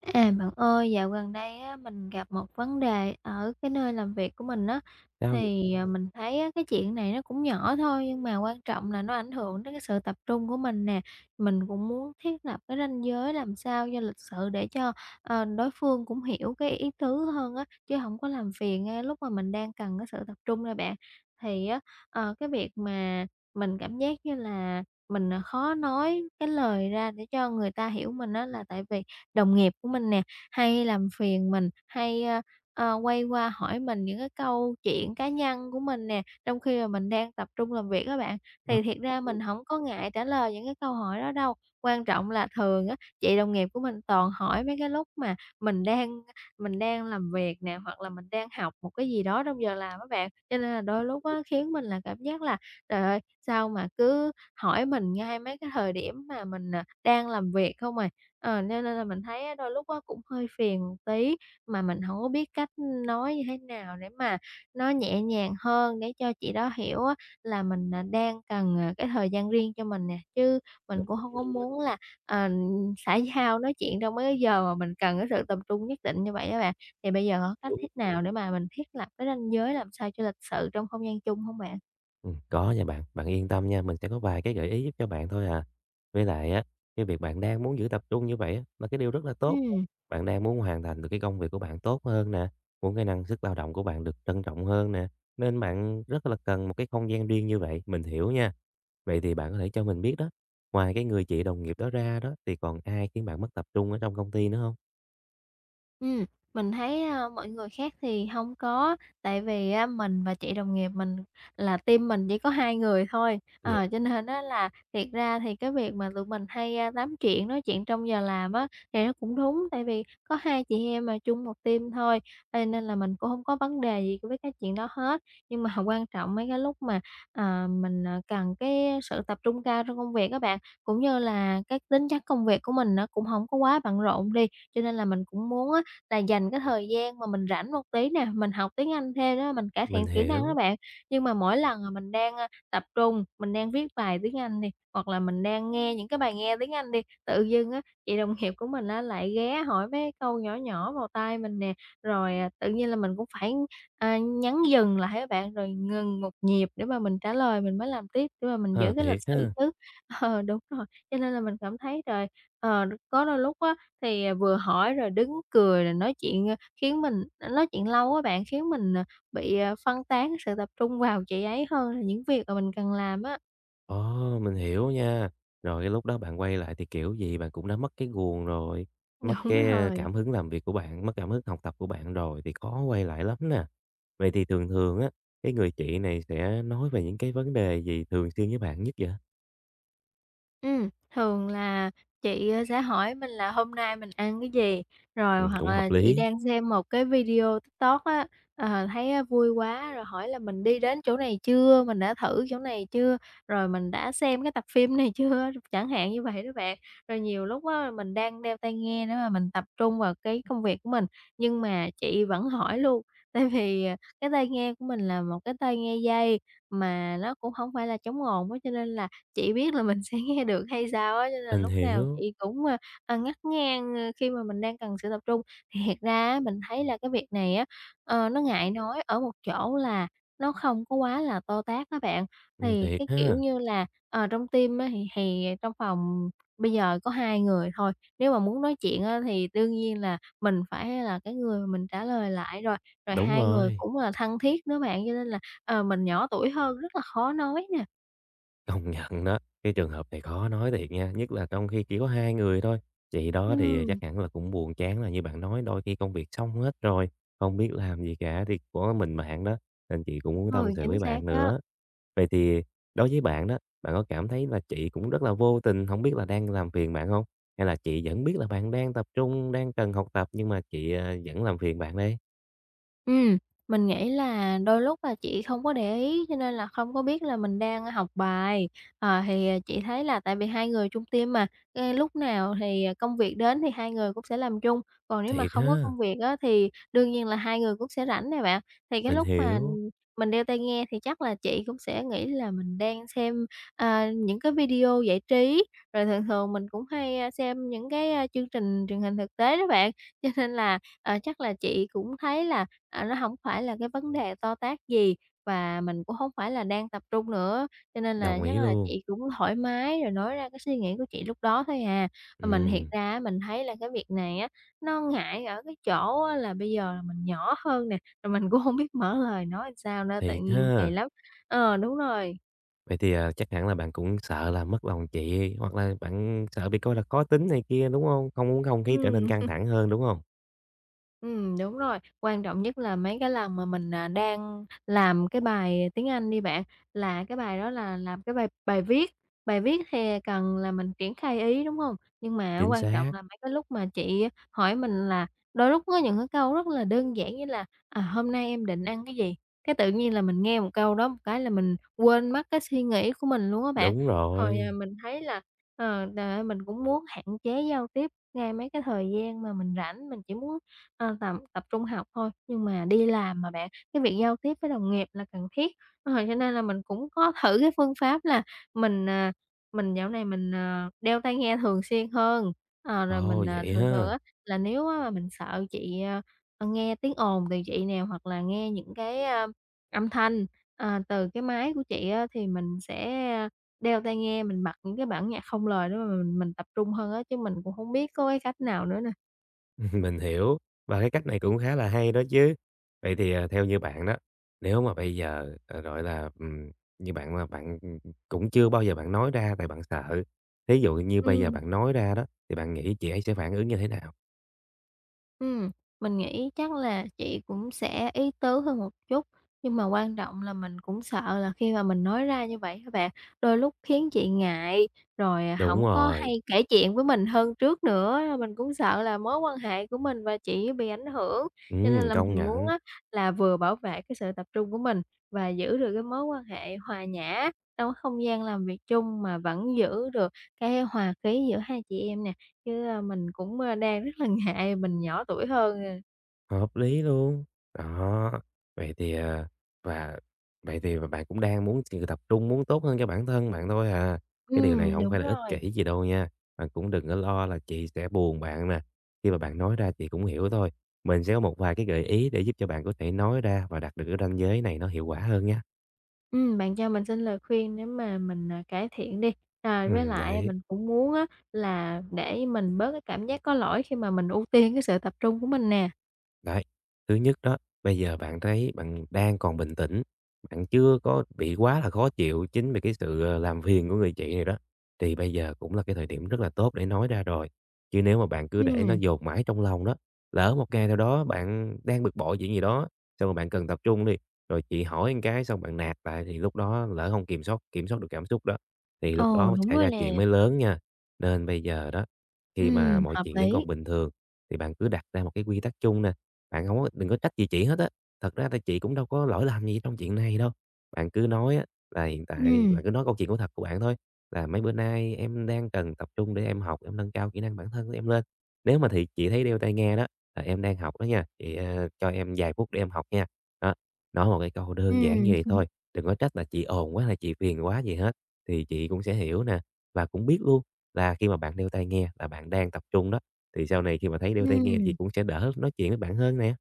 À, bạn ơi, dạo gần đây á, mình gặp một vấn đề ở cái nơi làm việc của mình á, Rau gì thì, à, mình thấy á, cái chuyện này nó cũng nhỏ thôi nhưng mà quan trọng là nó ảnh hưởng đến cái sự tập trung của mình nè. Mình cũng muốn thiết lập cái ranh giới làm sao cho lịch sự để cho, ờ, đối phương cũng hiểu cái ý tứ hơn á, chứ không có làm phiền ngay lúc mà mình đang cần cái sự tập trung nè bạn. Thì á, ờ, cái việc mà mình cảm giác như là mình, à, khó nói cái lời ra để cho người ta hiểu mình á, là tại vì đồng nghiệp của mình nè, hay làm phiền mình, hay, ơ, ờ, quay qua hỏi mình những cái câu chuyện cá nhân của mình nè, trong khi mà mình đang tập trung làm việc các bạn. ngon Thì thiệt ra mình không có ngại trả lời những cái câu hỏi đó đâu, quan trọng là thường á, chị đồng nghiệp của mình toàn hỏi mấy cái lúc mà mình đang mình đang làm việc nè, hoặc là mình đang học một cái gì đó trong giờ làm các bạn. Cho nên là đôi lúc á, khiến mình là cảm giác là "Trời ơi, sao mà cứ hỏi mình ngay mấy cái thời điểm mà mình, à, đang làm việc không à?" Ờ, nên nên là mình thấy á đôi lúc á cũng hơi phiền một tí, mà mình hổng có biết cách nói như thế nào để mà nó nhẹ nhàng hơn để cho chị đó hiểu á là mình, à, đang cần, à, cái thời gian riêng cho mình nè, chứ mình gần cũng hông Mỹ có thôi. muốn là, ờ, xã giao nói chuyện trong mấy cái giờ mà mình cần cái sự tập trung nhất định như vậy á bạn. Thì bây giờ có cách Kiểu, thế nào để mà mình thiết lập cái ranh giới làm sao cho lịch sự trong không gian chung hông bạn? Có nha bạn, bạn yên tâm nha, mình sẽ có vài cái gợi ý giúp cho bạn thôi à. Với lại á, cái việc bạn đang muốn giữ tập trung như vậy á, là cái điều rất là tốt thôi. Ừm. Bạn đang muốn hoàn thành được cái công việc của bạn tốt hơn nè, muốn cái năng suất lao động của bạn được trân trọng hơn nè, nên bạn rất là cần một cái không gian riêng như vậy, mình hiểu nha. Vậy thì bạn có thể cho mình biết đó, ngoài cái người chị đồng nghiệp đó ra đó, thì còn ai khiến bạn mất tập trung ở trong công ty nữa không? Ừm, mình thấy, a, mọi người khác thì không có, tại vì á mình và chị đồng nghiệp mình là team mình chỉ có 2 người thôi. Vậy Ờ, cho nên đó là thiệt ra thì cái việc mà tụi mình hay, a, tám chuyện, nói chuyện trong giờ làm á, thì nó cũng đúng, tại vì có hai chị em mà chung một team thôi, cho nên là mình cũng không có vấn đề gì với cái chuyện đó hết. Nhưng mà quan trọng mấy cái lúc mà, ờ, mình, ờ, cần cái sự tập trung cao trong công việc các bạn, cũng như là cái tính chất công việc của mình nó cũng không có quá bận rộn đi, cho nên là mình cũng muốn á là dành cái thời gian mà mình rảnh một tí nè, mình học tiếng Anh thêm đó, mình cải mình thiện kỹ năng đó hiểu, bạn. Nhưng mà mỗi lần, mà mình đang, a, tập trung, mình đang viết bài tiếng Anh đi, hoặc là mình đang nghe những cái bài nghe tiếng Anh đi, tự dưng á, chị đồng nghiệp của mình á lại ghé hỏi mấy câu nhỏ nhỏ vào tai mình nè, rồi, à, tự nhiên là mình cũng phải, à, nhấn dừng lại á bạn, rồi ngừng một nhịp để mà mình trả lời, mình mới làm tiếp để mà mình giữ ờ, cái lịch thiệt sự ha. chứ. Ờ, đúng rồi, cho nên là mình cảm thấy, rồi ờ, có đôi lúc á thì, à, vừa hỏi rồi đứng cười rồi nói chuyện, ơ, khiến mình à, nói chuyện lâu á bạn, khiến mình, à, bị, à, phân tán sự tập trung vào chị ấy hơn là những việc mà mình cần làm á. Ồ, mình hiểu nha. Rồi cái lúc đó bạn quay lại thì kiểu gì bạn cũng đã mất cái guồng rồi, mất Đúng cái rồi. cảm hứng làm việc của bạn, mất cảm hứng học tập của bạn rồi thì khó quay lại lắm nè. Vậy thì thường thường á, cái người chị này sẽ nói về những cái vấn đề gì thường xuyên với bạn nhất vậy? Ừm, thường là chị, ơ, sẽ hỏi mình là "Hôm nay mình ăn cái gì?" Ừ, Rồi hoặc cũng là hợp chị lý. đang xem một cái video TikTok á, ờ, thấy, a, vui quá rồi hỏi là "Mình đi đến chỗ này chưa? Mình đã thử chỗ này chưa? Rồi mình đã xem cái tập phim này chưa?" Chẳng hạn như vậy đó bạn. Rồi nhiều lúc á, mình đang đeo tai nghe để mà mình tập trung vào cái công việc của mình, nhưng mà chị vẫn hỏi luôn, tại vì, à, cái tai nghe của mình là một cái tai nghe dây mà nó cũng không phải là chống ồn á, cho nên là chị biết là mình sẽ nghe được hay sao á, cho nên là Mình lúc nào hiểu. chị cũng, a, à, ngắt ngang, ơ, khi mà mình đang cần sự tập trung. Thì thiệt ra á, mình thấy là cái việc này á, ờ, nó ngại nói ở một chỗ là nó không có quá là to tát á bạn. Ừ, Thì thiệt cái, kiểu ha. như là, ờ, trong team á, thì trong phòng bây giờ có 2 người thôi, nếu mà muốn nói chuyện á, thì đương nhiên là mình phải là cái người mà mình trả lời lại rồi, rồi Đúng hai người rồi. cũng là thân thiết nữa bạn, cho nên là, ờ, mình nhỏ tuổi hơn rất là khó nói nè. Công nhận đó, cái trường hợp này khó nói thiệt nha, nhất là trong khi chỉ có hai người thôi. Chị đó thì Ừm. chắc hẳn là cũng buồn chán là như bạn nói, đôi khi công việc xong hết rồi, không biết làm gì cả thì có mình bạn đó, nên chị cũng muốn Ừ, tâm sự chính với xác bạn đó. nữa. Vậy thì đối với bạn đó, bạn có cảm thấy là chị cũng rất là vô tình, không biết là đang làm phiền bạn không? Hay là chị vẫn biết là bạn đang tập trung, đang cần học tập nhưng mà chị, vẫn làm phiền bạn đây? Ừm, mình nghĩ là đôi lúc là chị không có để ý cho nên là không có biết là mình đang học bài. Ờ, thì, à, chị thấy là tại vì hai người chung team mà, ơ, lúc nào thì ờ, công việc đến thì hai người cũng sẽ làm chung, còn nếu mà Thiệt không có ha, công việc á thì đương nhiên là hai người cũng sẽ rảnh nè bạn. Thì cái mình lúc mà hiểu, mình đeo tai nghe thì chắc là chị cũng sẽ nghĩ là mình đang xem, à, những cái video giải trí, rồi thường thường mình cũng hay, a, xem những cái, a, chương trình truyền hình thực tế đó bạn. Cho nên là, ờ, chắc là chị cũng thấy là à, nó hổng phải là cái vấn đề to tát gì và mình cũng hông phải là đang tập trung nữa, cho nên là đồng chắc ý là luôn. chị cũng thoải mái rồi nói ra cái suy nghĩ của chị lúc đó thôi à. Mà mình thiệt Ừm, ra á, mình thấy là cái việc này á, nó ngại ở cái chỗ á là bây giờ là mình nhỏ hơn nè, rồi mình cũng hông biết mở lời nói sao nữa, tự thiệt nhiên kỳ ha. lắm. Ờ, đúng rồi. Vậy thì, chắc hẳn là bạn cũng sợ là mất lòng chị, hoặc là bạn sợ bị coi là khó tính này kia, đúng không? Không muốn không khí trở nên Ừm. căng thẳng hơn, đúng không? Đúng rồi. Quan trọng nhất là mấy cái lần mà mình, à, đang làm cái bài tiếng Anh đi bạn, là cái bài đó là làm cái bài bài viết thì cần là mình triển khai ý, đúng không? Nhưng mà Chính quan trọng xác, là mấy cái lúc mà chị hỏi mình là đôi lúc có những cái câu rất là đơn giản như là "À, hôm nay em định ăn cái gì?" Cái tự nhiên là mình nghe một câu đó một cái là mình quên mất cái suy nghĩ của mình luôn á bạn. đúng Rồi, à, rồi. mình thấy là, ờ, trời mình cũng muốn hạn chế giao tiếp ngay mấy cái thời gian mà mình rảnh, mình chỉ muốn ờ, tầm tập trung học thôi, nhưng mà đi làm mà bạn, cái việc giao tiếp với đồng nghiệp là cần thiết. Ờ, cho nên là mình cũng có thử cái phương pháp là mình, à, mình dạo này mình, ờ, đeo tai nghe thường xuyên hơn. Ờ, rồi Ồ, mình, à, vậy thường thường ha, á là nếu á mà mình sợ chị, ờ, ờ, nghe tiếng ồn từ chị nè, hoặc là nghe những cái, a, âm thanh, ờ, từ cái máy của chị á, thì mình sẽ, a, đeo tai nghe, mình bật những cái bản nhạc không lời để mà mình tập trung hơn á, chứ mình cũng hông biết có cái cách nào nữa nè. mình hiểu, và cái cách này cũng khá là hay đó chứ. Vậy thì, theo như bạn đó, nếu mà bây giờ, gọi là, như bạn là bạn, cũng chưa bao giờ bạn nói ra tại bạn sợ, thí dụ như bây giờ Ừm. bạn nói ra đó, thì bạn nghĩ chị ấy sẽ phản ứng như thế nào? Ừm, mình nghĩ chắc là chị cũng sẽ ý tứ hơn một chút, nhưng mà quan trọng là mình cũng sợ là khi mà mình nói ra như vậy các bạn, đôi lúc khiến chị ngại, rồi à, Đúng hổng có rồi, hay kể chuyện với mình hơn trước nữa. Mình cũng sợ là mối quan hệ của mình và chị bị ảnh hưởng, cho nên là công mình muốn nhận. á là vừa bảo vệ cái sự tập trung của mình và giữ được cái mối quan hệ hòa nhã trong cái không gian làm việc chung mà vẫn giữ được cái hòa khí giữa hai chị em nè. Chứ, a, mình cũng, a, đang rất là ngại mình nhỏ tuổi hơn, à. Hợp lý luôn. Đó, vậy thì, và vậy thì bạn cũng đang muốn sự tập trung, muốn tốt hơn cho bản thân bạn thôi à. Cái điều này không phải Đúng là ích rồi. kỷ gì đâu nha, bạn cũng đừng có lo là chị sẽ buồn bạn nè. Khi mà bạn nói ra chị cũng hiểu thôi, mình sẽ có một vài cái gợi ý để giúp cho bạn có thể nói ra và đạt được cái ranh giới này nó hiệu quả hơn nhá. Bạn cho mình xin lời khuyên để mà mình, à, cải thiện đi. Rồi với lại Đấy. mình cũng muốn á là để mình bớt cái cảm giác có lỗi khi mà mình ưu tiên cái sự tập trung của mình nè. Đấy, thứ nhất đó, bây giờ bạn thấy bạn đang còn bình tĩnh, bạn chưa có bị quá là khó chịu chính vì cái sự, làm phiền của người chị này đó, thì bây giờ cũng là cái thời điểm rất là tốt để nói ra rồi. Chứ nếu mà bạn cứ để nó Ừm, dồn mãi trong lòng đó, lỡ một ngày nào đó bạn đang bực bội chuyện gì đó, xong rồi bạn cần tập trung đi, rồi chị hỏi một cái xong bạn nạt lại thì lúc đó lỡ không kiểm soát được cảm xúc đó, thì lúc ồ, đó đúng xảy rồi ra nè. chuyện mới lớn nha. Nên bây giờ đó, khi mà mọi Hợp chuyện vẫn lý. còn bình thường thì bạn cứ đặt ra một cái quy tắc chung nè, bạn không có đừng có trách gì chị hết á, thật ra thì chị cũng đâu có lỗi làm gì trong chuyện này đâu. Bạn cứ nói á là hiện tại Ừm, bạn cứ nói câu chuyện của thật của bạn thôi, là "Mấy bữa nay em đang cần tập trung để em học, em nâng cao kỹ năng bản thân của em lên. Nếu mà thì chị thấy đeo tai nghe đó, là em đang học đó nha, chị, cho em vài phút để em học nha." Đó, nói một cái câu đơn giản như ừm, vậy thôi, đừng có trách là chị ồn quá hay chị phiền quá gì hết, thì chị cũng sẽ hiểu nè, và cũng biết luôn là khi mà bạn đeo tai nghe là bạn đang tập trung đó, thì sau này khi mà thấy đeo tai nghe thì ừm. cũng sẽ đỡ nói chuyện với bạn hơn nè.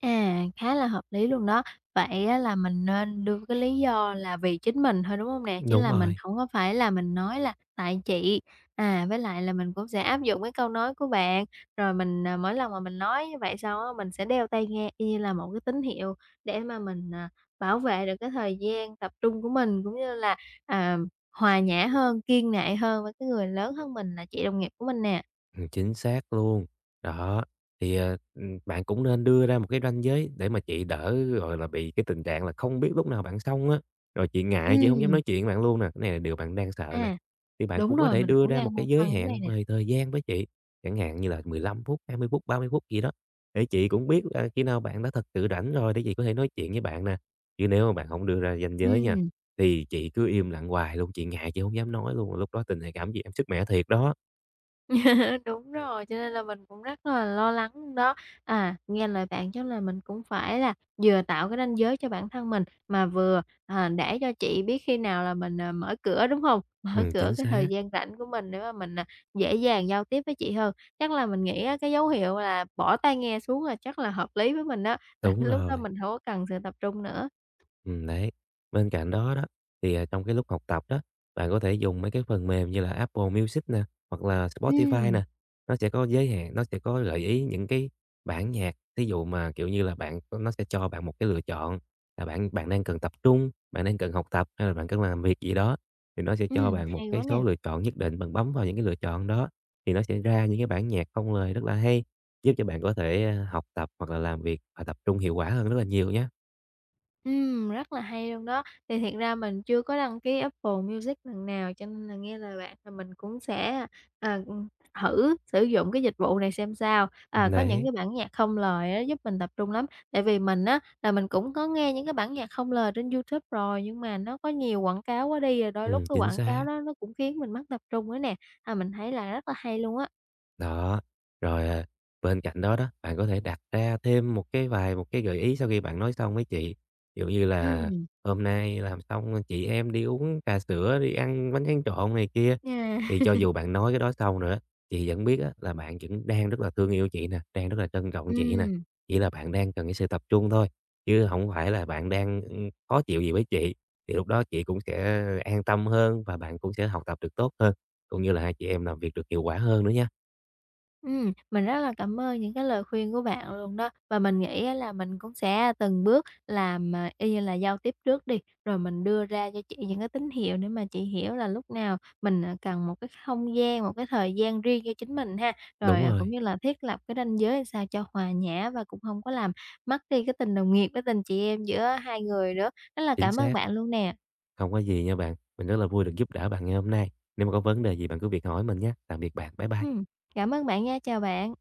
À, khá là hợp lý luôn đó. Vậy á là mình nên đưa cái lý do là vì chính mình thôi, đúng không nè? Chứ Đúng là mình rồi. không có phải là mình nói là "Tại chị." À, với lại là mình cũng sẽ áp dụng cái câu nói của bạn, rồi mình, à, mỗi lần mà mình nói như vậy xong á, mình sẽ đeo tai nghe y như là một cái tín hiệu để mà mình, à, bảo vệ được cái thời gian tập trung của mình, cũng như là, à, hòa nhã hơn, kiêng nệ hơn với cái người lớn hơn mình là chị đồng nghiệp của mình nè. Chính xác luôn. Đó, thì, bạn cũng nên đưa ra một cái ranh giới để mà chị đỡ, gọi là, bị cái tình trạng là không biết lúc nào bạn xong á, rồi chị ngại chị không dám Ừm. nói chuyện với bạn luôn nè, cái này là điều bạn đang sợ nè. À, Thì bạn đúng cũng có rồi, thể mình đưa cũng ra đang một băn cái giới khoăn cái này hạn nè. về thời gian với chị, chẳng hạn như là 15 phút, 20 phút, 30 phút gì đó, để chị cũng biết, khi nào bạn đã thật sự rảnh rồi để chị có thể nói chuyện với bạn nè. Chứ nếu mà bạn không đưa ra ranh giới nha, Ừm. thì chị cứ im lặng hoài luôn, chị ngại chị không dám nói luôn, lúc đó tình thầy cảm chị em sức mẻ thiệt đó. Đúng rồi, cho nên là mình cũng rất là lo lắng đó. À, nghe lời bạn chắc là mình cũng phải là vừa tạo cái ranh giới cho bản thân mình, mà vừa, à, để cho chị biết khi nào là mình, à, mở cửa, đúng không? Mở cửa Chính cái thời xác. gian rảnh của mình để mà mình, à, dễ dàng giao tiếp với chị hơn. Chắc là mình nghĩ á, cái dấu hiệu là bỏ tai nghe xuống là chắc là hợp lý với mình đó là Đúng cái lúc đó rồi, mình không có cần sự tập trung nữa. Đấy. Bên cạnh đó đó, thì, trong cái lúc học tập đó, bạn có thể dùng mấy cái phần mềm như là Apple Music nè, hoặc là Spotify Ừm, nè, nó sẽ có giới hạn, nó sẽ có gợi ý những cái bản nhạc, thí dụ mà, kiểu như là, bạn nó sẽ cho bạn một cái lựa chọn là bạn bạn đang cần tập trung, bạn đang cần học tập hay là bạn cần làm việc gì đó, thì nó sẽ cho bạn một hay quá cái nè. số lựa chọn nhất định, bạn bấm vào những cái lựa chọn đó thì nó sẽ ra những cái bản nhạc không lời rất là hay, giúp cho bạn có thể, học tập hoặc là làm việc và tập trung hiệu quả hơn rất là nhiều nhá. Rất là hay luôn đó. Thì thiệt ra mình chưa có đăng ký Apple Music lần nào, cho nên là nghe lời bạn là mình cũng sẽ, ờ, thử sử dụng cái dịch vụ này xem sao. À, có những Đấy, cái bản nhạc không lời á, giúp mình tập trung lắm. Tại vì mình á, là mình cũng có nghe những cái bản nhạc không lời trên YouTube rồi, nhưng mà nó có nhiều quảng cáo quá đi, rồi đôi lúc cái chính quảng cáo xác. đó nó cũng khiến mình mất tập trung nữa nè. À, mình thấy là rất là hay luôn á. Đó, rồi, bên cạnh đó đó, bạn có thể đặt ra thêm một cái gợi ý sau khi bạn nói xong với chị. Ví dụ như là Ừm. "Hôm nay làm xong chị em đi uống trà sữa, đi ăn bánh tráng trộn" này kia, À, thì cho dù bạn nói cái đó xong rồi á, chị vẫn biết á là bạn vẫn đang rất là thương yêu chị nè, đang rất là trân trọng chị nè, ừm. chỉ là bạn đang cần cái sự tập trung thôi, chứ không phải là bạn đang, khó chịu gì với chị. Thì lúc đó chị cũng sẽ an tâm hơn và bạn cũng sẽ học tập được tốt hơn, cũng như là hai chị em làm việc được hiệu quả hơn nữa nha. Mình rất là cảm ơn những cái lời khuyên của bạn luôn đó, và mình nghĩ á là mình cũng sẽ từng bước làm, à, y như là giao tiếp trước đi, rồi mình đưa ra cho chị những cái tín hiệu để mà chị hiểu là lúc nào mình, à, cần một cái không gian, một cái thời gian riêng cho chính mình ha. Rồi, Đúng à, rồi, cũng như là thiết lập cái ranh giới làm sao cho hòa nhã và cũng không có làm mất đi cái tình đồng nghiệp, cái tình chị em giữa hai người nữa. Rất là chính cảm ơn xác, bạn luôn nè. không có gì nha bạn. Mình rất là vui được giúp đỡ bạn ngày hôm nay. Nếu mà có vấn đề gì bạn cứ việc hỏi mình nhé. Tạm biệt bạn, bye bye. Ừm, cảm ơn bạn nha, chào bạn.